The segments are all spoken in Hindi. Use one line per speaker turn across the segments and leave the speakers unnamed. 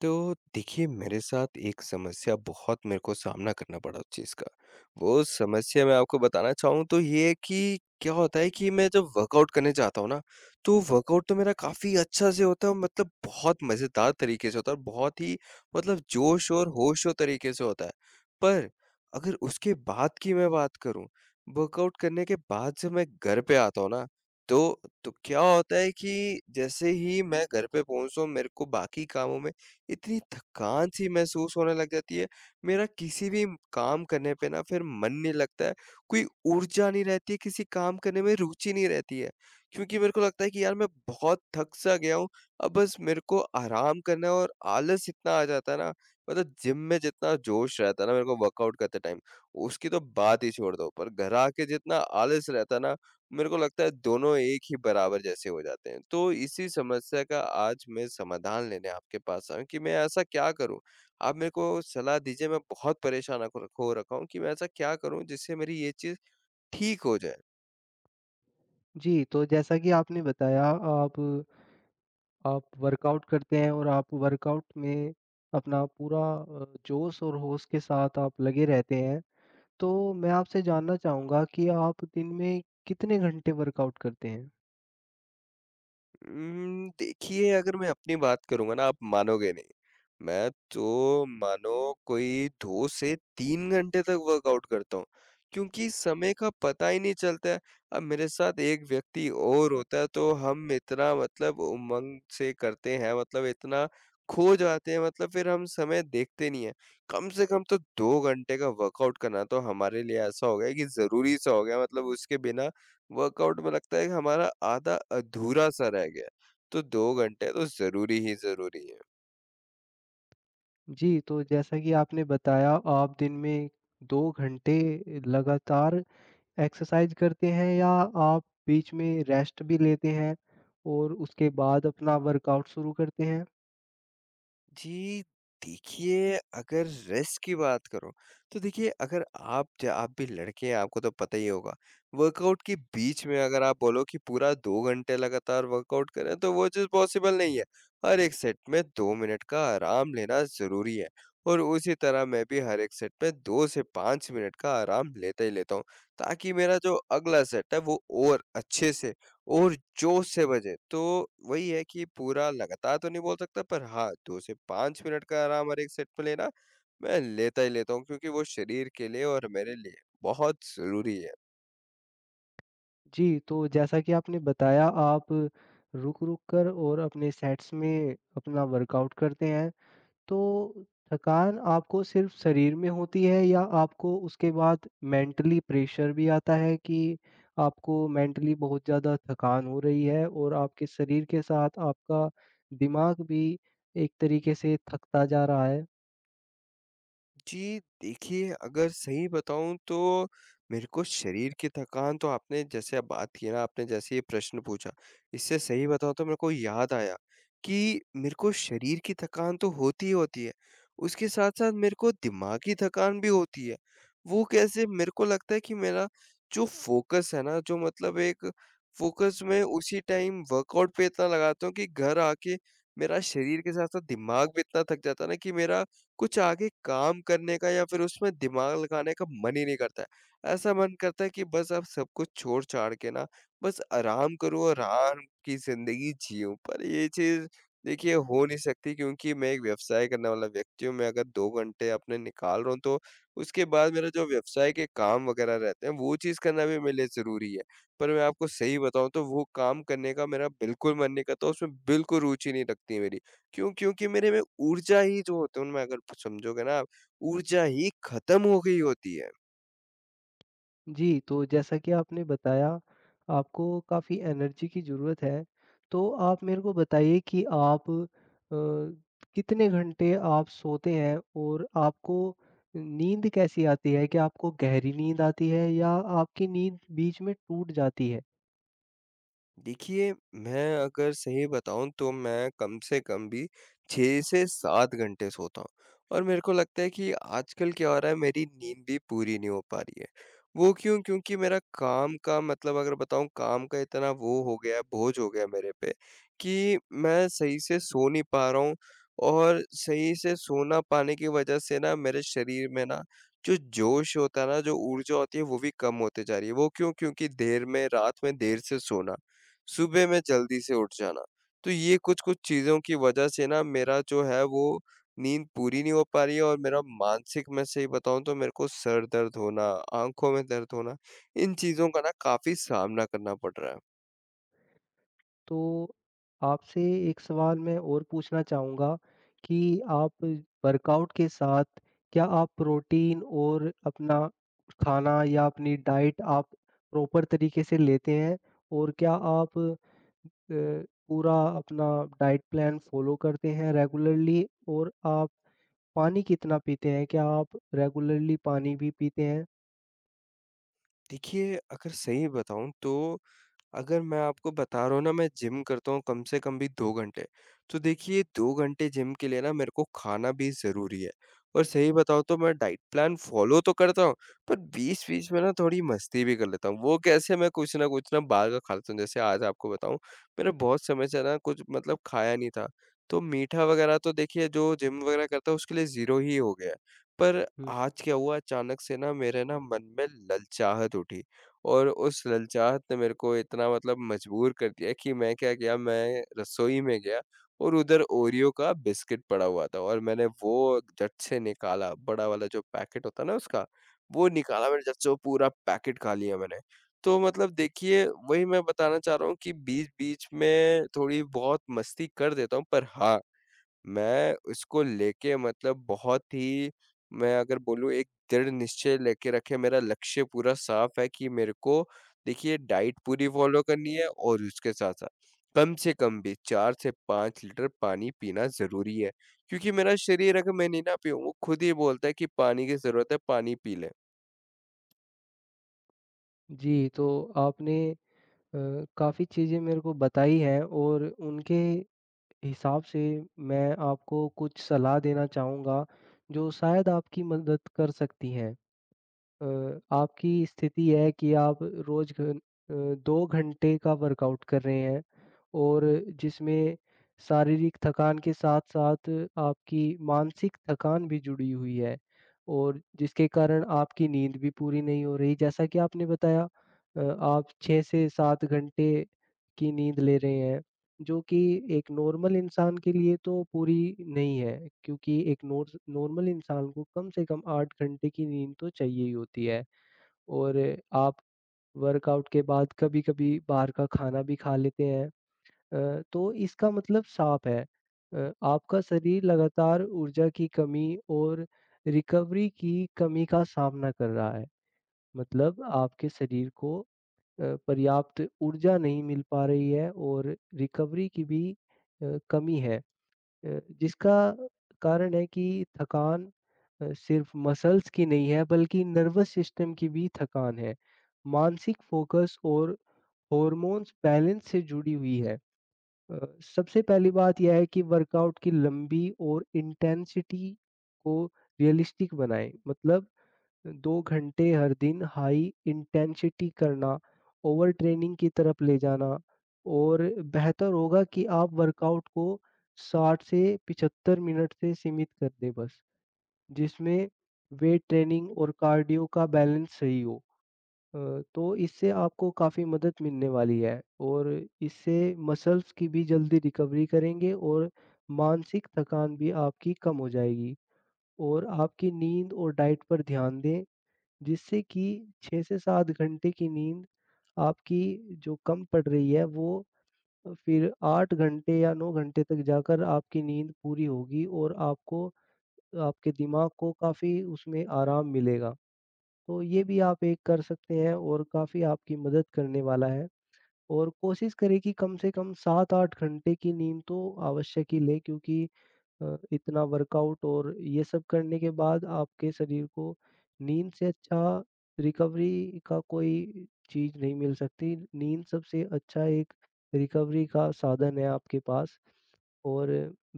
तो देखिए, मेरे साथ एक समस्या बहुत मेरे को सामना करना पड़ा उस चीज़ का। वो समस्या मैं आपको बताना चाहूँ तो ये है कि क्या होता है कि मैं जब वर्कआउट करने जाता हूँ ना, तो वर्कआउट तो मेरा काफ़ी अच्छा से होता है, मतलब बहुत मज़ेदार तरीके से होता है और बहुत ही मतलब जोश और होश और तरीके से होता है। पर अगर उसके बाद की मैं बात करूँ, वर्कआउट करने के बाद जब मैं घर पे आता हूँ ना, तो क्या होता है कि जैसे ही मैं घर पे पहुँचता हूँ, मेरे को बाकी कामों में इतनी थकान-सी महसूस होने लग जाती है, मेरा किसी भी काम करने पे ना फिर मन नहीं लगता है, कोई ऊर्जा नहीं रहती है, किसी काम करने में रुचि नहीं रहती है। क्योंकि मेरे को लगता है कि यार मैं बहुत थक-सा गया हूँ, अब बस मेरे को आराम करना है और आलस इतना आ जाता है ना, मतलब जिम में जितना जोश रहता है ना मेरे को वर्कआउट करते टाइम, उसकी तो बात ही छोड़ दो, पर घर आके जितना आलस रहता है ना, मेरे को लगता है दोनों एक ही बराबर जैसे हो जाते हैं। तो इसी समस्या का आज मैं समाधान लेने आपके पास आया हूँ कि मैं ऐसा क्या करूँ? आप मेरे को सलाह दीजिए, मैं बहुत परेशान हो रखा हूँ कि मैं ऐसा क्या करूँ जिससे मेरी ये चीज़ ठीक हो जाए?
जी, तो जैसा कि आपने बताया आप वर्कआउट करते हैं और आप वर्कआउट में अपना पूरा जोश और होश के साथ आप लगे रहते हैं। तो मैं आपसे जानना चाहूँगा कि आप दिन में कितने घंटे वर्कआउट करते हैं?
देखिए, अगर मैं अपनी बात करूँगा ना आप मानोगे नहीं। मैं तो मानो कोई 2 से 3 घंटे तक वर्कआउट करता हूँ, क्योंकि समय का पता ही नहीं चलता है। अब मेरे साथ एक व्यक्ति और होता है, तो हम इतना मतलब उमंग से करते हैं, मतलब इतना खो जाते हैं, मतलब फिर हम समय देखते नहीं हैं। कम से कम तो 2 घंटे का वर्कआउट करना तो हमारे लिए ऐसा हो गया है कि ज़रूरी-सा हो गया है, मतलब उसके बिना वर्कआउट में लगता है कि हमारा आधा अधूरा-सा रह गया है, तो 2 घंटे तो ज़रूरी ही ज़रूरी है।
जी, तो जैसा कि आपने बताया आप दिन में 2 घंटे लगातार एक्सरसाइज करते हैं, या आप बीच में रेस्ट भी लेते हैं और उसके बाद अपना वर्कआउट शुरू करते हैं?
जी, देखिए, अगर रेस्ट की बात करो, तो देखिए, अगर आप भी लड़के हैं आपको तो पता ही होगा, वर्कआउट के बीच में अगर आप बोलो कि पूरा 2 घंटे लगातार वर्कआउट करें तो वो चीज़ पॉसिबल नहीं है। हर एक सेट में 2 मिनट का आराम लेना ज़रूरी है और उसी तरह मैं भी हर एक सेट में 2 से 5 मिनट का आराम लेता ही लेता हूँ, ताकि मेरा जो अगला सेट है वो और अच्छे से और जोश से बजें। तो वही है कि पूरा लगातार तो नहीं बोल सकता, पर हाँ, 2 से 5 मिनट का आराम हर एक सेट में लेना, मैं लेता ही लेता हूँ, क्योंकि वो शरीर के लिए और मेरे लिए बहुत ज़रूरी है।
जी, तो जैसा कि आपने बताया आप रुक-रुक कर और अपने सेट्स में अपना वर्कआउट करते हैं। तो थकान आपको सिर्फ़ शरीर में होती है, या आपको उसके बाद मेंटली प्रेशर भी आता है कि आपको मेंटली बहुत ज़्यादा थकान हो रही है और आपके शरीर के साथ आपका दिमाग भी एक तरीके से थकता जा रहा है?
जी, देखिए, अगर सही बताऊँ तो मेरे को शरीर की थकान तो आपने जैसे अब बात की ना, आपने जैसे ये प्रश्न पूछा, इससे सही बताऊँ तो मेरे को याद आया कि मेरे को शरीर की थकान तो होती ही होती है, उसके साथ-साथ मेरे को दिमागी थकान भी होती है। वो कैसे? मेरे को लगता है कि मेरा जो फ़ोकस है ना, जो मतलब एक फ़ोकस मैं उसी टाइम वर्कआउट पे इतना लगाता हूँ कि घर आके मेरा शरीर के साथ-साथ दिमाग भी इतना थक जाता है ना कि मेरा कुछ आगे काम करने का या फिर उसमें दिमाग लगाने का मन ही नहीं करता है। ऐसा मन करता है कि बस अब सब कुछ छोड़-छाड़ के ना बस आराम करूँ और आराम की ज़िंदगी जियूँ। पर ये चीज़ देखिए हो नहीं सकती, क्योंकि मैं एक व्यवसाय करने वाला व्यक्ति हूँ। मैं अगर 2 घंटे अपने निकाल रहा हूँ तो उसके बाद मेरा जो व्यवसाय के काम वग़ैरह रहते हैं वो चीज़ करना भी मेरे लिए ज़रूरी है। पर मैं आपको सही बताऊँ तो वो काम करने का मेरा बिल्कुल मन नहीं करता, उसमें बिल्कुल रुचि नहीं लगती मेरी। क्यों? क्योंकि मेरे में ऊर्जा ही जो होती है उनमें अगर समझोगे ना आप, ऊर्जा ही खत्म हो गई होती है।
जी, तो जैसा कि आपने बताया, आपको काफ़ी एनर्जी की ज़रूरत है। तो आप मेरे को बताइए कि आप कितने घंटे आप सोते हैं और आपको नींद कैसी आती है? क्या आपको गहरी नींद आती है, या आपकी नींद बीच में टूट जाती है?
देखिए, मैं अगर सही बताऊँ तो मैं कम से कम भी 6 से 7 घंटे सोता हूँ और मेरे को लगता है कि आजकल क्या हो रहा है, मेरी नींद भी पूरी नहीं हो पा रही है। वो क्यों? क्योंकि मेरा काम का मतलब अगर बताऊँ काम का इतना वो हो गया है, बोझ हो गया है मेरे पे कि मैं सही से सो नहीं पा रहा हूँ और सही से सो ना पाने की वज़ह से ना मेरे शरीर में ना जो जोश होता है ना, जो ऊर्जा होती है वो भी कम होते जा रही है। वो क्यों? क्योंकि देर में रात में देर से सोना। सुबह में जल्दी से उठ जाना। तो ये कुछ-कुछ चीज़ों की वजह से ना मेरा जो है वो नींद पूरी नहीं हो पा रही है और मेरा मानसिक मैं सही बताऊँ तो मेरे को सर दर्द होना, आँखों में दर्द होना, इन चीज़ों का ना काफ़ी सामना करना पड़ रहा है।
तो आपसे एक सवाल मैं और पूछना चाहूँगा कि आप वर्कआउट के साथ क्या आप प्रोटीन और अपना खाना या अपनी डाइट आप प्रॉपर तरीके से लेते हैं? और क्या आप अ, पूरा अपना डाइट प्लान फ़ॉलो करते हैं रेगुलरली? और आप पानी कितना पीते हैं? क्या आप रेगुलरली पानी भी पीते हैं?
देखिए, अगर सही बताऊँ तो अगर मैं आपको बता रहा हूँ ना, मैं जिम करता हूँ कम से कम भी 2 घंटे। तो देखिए, 2 घंटे जिम के लिए ना मेरे को खाना भी ज़रूरी है। और सही बताऊँ तो मैं डाइट प्लान फ़ॉलो तो करता हूँ, पर बीच-बीच में ना थोड़ी मस्ती भी कर लेता हूँ। वो कैसे, मैं कुछ ना बाहर का खा लेता हूँ। जैसे आज आपको बताऊँ, मैंने बहुत समय से ना कुछ मतलब खाया नहीं था। तो मीठा वग़ैरह तो देखिए जो जिम वग़ैरह करता है उसके लिए ज़ीरो ही हो गया है। पर
हुँ।
आज क्या हुआ, अचानक से ना मेरे ना मन में ललचाहट उठी। और उस ललचाहट ने मेरे को इतना मतलब मजबूर कर दिया कि मैं क्या किया, मैं रसोई में गया और उधर ओरियो का बिस्किट पड़ा हुआ था और मैंने वो झट से निकाला, बड़ा वाला जो पैकेट होता है ना उसका, वो निकाला मैंने, झट से वो पूरा पैकेट खा लिया मैंने। तो मतलब देखिए, वही मैं बताना चाह रहा हूँ कि बीच-बीच में थोड़ी बहुत मस्ती कर देता हूँ, पर हाँ, मैं इसको लेके मतलब बहुत ही, मैं अगर बोलूँ एक दृढ़ निश्चय लेके रखे, मेरा लक्ष्य पूरा साफ है कि मेरे को देखिए डाइट पूरी फ़ॉलो करनी है और उसके साथ-साथ कम से कम भी 4 से 5 लीटर पानी पीना ज़रूरी है। क्योंकि मेरा शरीर, अगर मैं नहीं ना पीऊँ, वो खुद ही बोलता है कि पानी की ज़रूरत है, पानी पी ले।
जी, तो आपने अ, काफ़ी चीज़ें मेरे को बताई हैं और उनके हिसाब से मैं आपको कुछ सलाह देना चाहूँगा, जो शायद आपकी मदद कर सकती हैं। अ, आपकी स्थिति है कि आप रोज़ अ, 2 घंटे का वर्कआउट कर रहे हैं, और जिसमें शारीरिक थकान के साथ-साथ आपकी मानसिक थकान भी जुड़ी हुई है और जिसके कारण आपकी नींद भी पूरी नहीं हो रही। जैसा कि आपने बताया आप 6 से 7 घंटे की नींद ले रहे हैं। जो कि एक नॉर्मल इंसान के लिए तो पूरी नहीं है, क्योंकि एक नोर्स नॉर्मल इंसान को कम से कम 8 घंटे की नींद तो चाहिए ही होती है। और आप वर्कआउट के बाद कभी-कभी बाहर का खाना भी खा लेते हैं। तो इसका मतलब साफ है। आपका शरीर लगातार ऊर्जा की कमी और रिकवरी की कमी का सामना कर रहा है। मतलब आपके शरीर को पर्याप्त ऊर्जा नहीं मिल पा रही है और रिकवरी की भी कमी है। जिसका कारण है कि थकान सिर्फ़ मसल्स की नहीं है, बल्कि नर्वस सिस्टम की भी थकान है। मानसिक फ़ोकस और हॉर्मोन्स बैलेंस से जुड़ी हुई है। अ, सबसे पहली बात यह है कि वर्कआउट की लंबी और इंटेंसिटी को रियलिस्टिक बनाएँ। मतलब 2 घंटे हर दिन हाई इंटेंसिटी करना, ओवर ट्रेनिंग की तरफ ले जाना, और बेहतर होगा कि आप वर्कआउट को 60 से 75 मिनट से सीमित कर दें बस, जिसमें वेट ट्रेनिंग और कार्डियो का बैलेंस सही हो। तो इससे आपको काफ़ी मदद मिलने वाली है, और इससे मसल्स की भी जल्दी रिकवरी करेंगे और मानसिक थकान भी आपकी कम हो जाएगी। और आपकी नींद और डाइट पर ध्यान दें, जिससे कि 6 से 7 घंटे की नींद आपकी, जो कम पड़ रही है, वो फिर 8 घंटे या 9 घंटे तक जाकर आपकी नींद पूरी होगी और आपको, आपके दिमाग को काफ़ी उसमें आराम मिलेगा। तो ये भी आप एक कर सकते हैं और काफ़ी आपकी मदद करने वाला है। और कोशिश करें कि कम से कम 7-8 घंटे की नींद तो आवश्यक ही लें, क्योंकि इतना वर्कआउट और ये सब करने के बाद आपके शरीर को नींद से अच्छा रिकवरी का कोई चीज़ नहीं मिल सकती। नींद सबसे अच्छा एक रिकवरी का साधन है आपके पास। और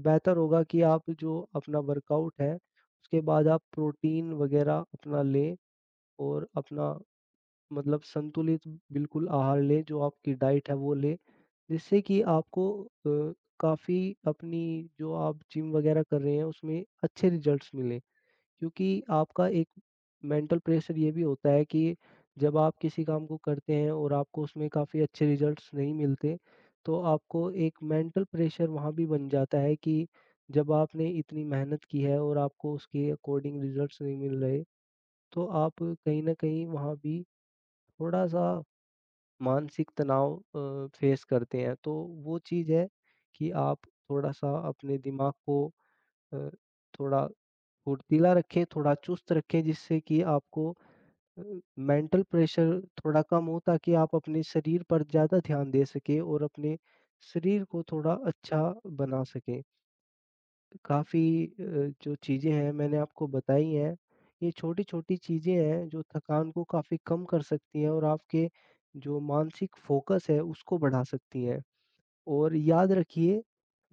बेहतर होगा कि आप जो अपना वर्कआउट है उसके बाद आप प्रोटीन वग़ैरह अपना लें, और अपना मतलब संतुलित बिल्कुल आहार लें, जो आपकी डाइट है वो लें, जिससे कि आपको अ, काफ़ी अपनी, जो आप जिम वगैरह कर रहे हैं, उसमें अच्छे रिजल्ट्स मिलें। क्योंकि आपका एक मेंटल प्रेशर ये भी होता है कि जब आप किसी काम को करते हैं और आपको उसमें काफ़ी अच्छे रिजल्ट्स नहीं मिलते, तो आपको एक मेंटल प्रेशर वहाँ भी बन जाता है कि जब आपने इतनी मेहनत की है और आपको उसके अकॉर्डिंग रिजल्ट्स नहीं मिल रहे, तो आप कहीं न कहीं वहाँ भी थोड़ा-सा मानसिक तनाव फेस करते हैं। तो वो चीज़ है कि आप थोड़ा-सा अपने दिमाग को अ, थोड़ा फुर्तीला रखें, थोड़ा चुस्त रखें, जिससे कि आपको अ, मेंटल प्रेशर थोड़ा कम हो, ताकि आप अपने शरीर पर ज़्यादा ध्यान दे सकें और अपने शरीर को थोड़ा अच्छा बना सकें। काफ़ी जो चीज़ें हैं मैंने आपको बताई हैं, ये छोटी-छोटी चीज़ें हैं जो थकान को काफ़ी कम कर सकती हैं और आपके जो मानसिक फ़ोकस है उसको बढ़ा सकती हैं। और याद रखिए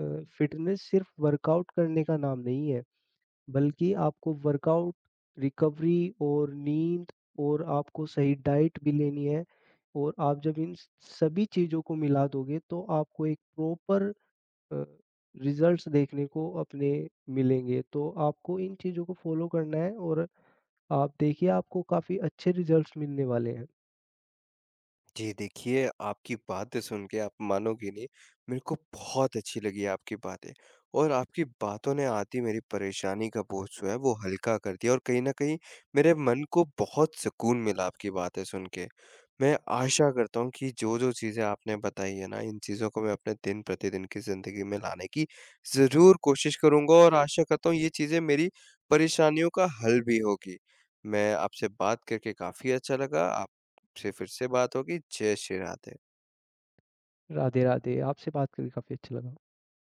अ, फ़िटनेस सिर्फ़ वर्कआउट करने का नाम नहीं है, बल्कि आपको वर्कआउट, रिकवरी और नींद और आपको सही डाइट भी लेनी है। और आप जब इन सभी चीज़ों को मिला दोगे, तो आपको एक प्रॉपर अ, रिज़ल्ट्स देखने को अपने मिलेंगे। तो आपको इन चीज़ों को फ़ॉलो करना है और आप देखिए आपको काफ़ी अच्छे रिज़ल्ट्स मिलने वाले हैं।
जी, देखिए, आपकी बातें सुन के आप मानोगे नहीं, मेरे को बहुत अच्छी लगी आपकी बातें और आपकी बातों ने आती मेरी परेशानी का बोझ जो है वो हल्का कर दिया और कहीं न कहीं मेरे मन को बहुत सुकून मिला आपकी बातें सुन के। मैं आशा करता हूँ कि जो-जो चीज़ें आपने बताई है ना, इन चीज़ों को मैं अपने दिन-प्रतिदिन की ज़िंदगी में लाने की ज़रूर कोशिश करूँगा और आशा करता हूँ ये चीज़ें मेरी परेशानियों का हल भी होगी। मैं आपसे बात करके काफ़ी अच्छा लगा। आपसे फिर से बात होगी। जय श्री राधे।
राधे, राधे। आपसे बात करके काफ़ी अच्छा लगा।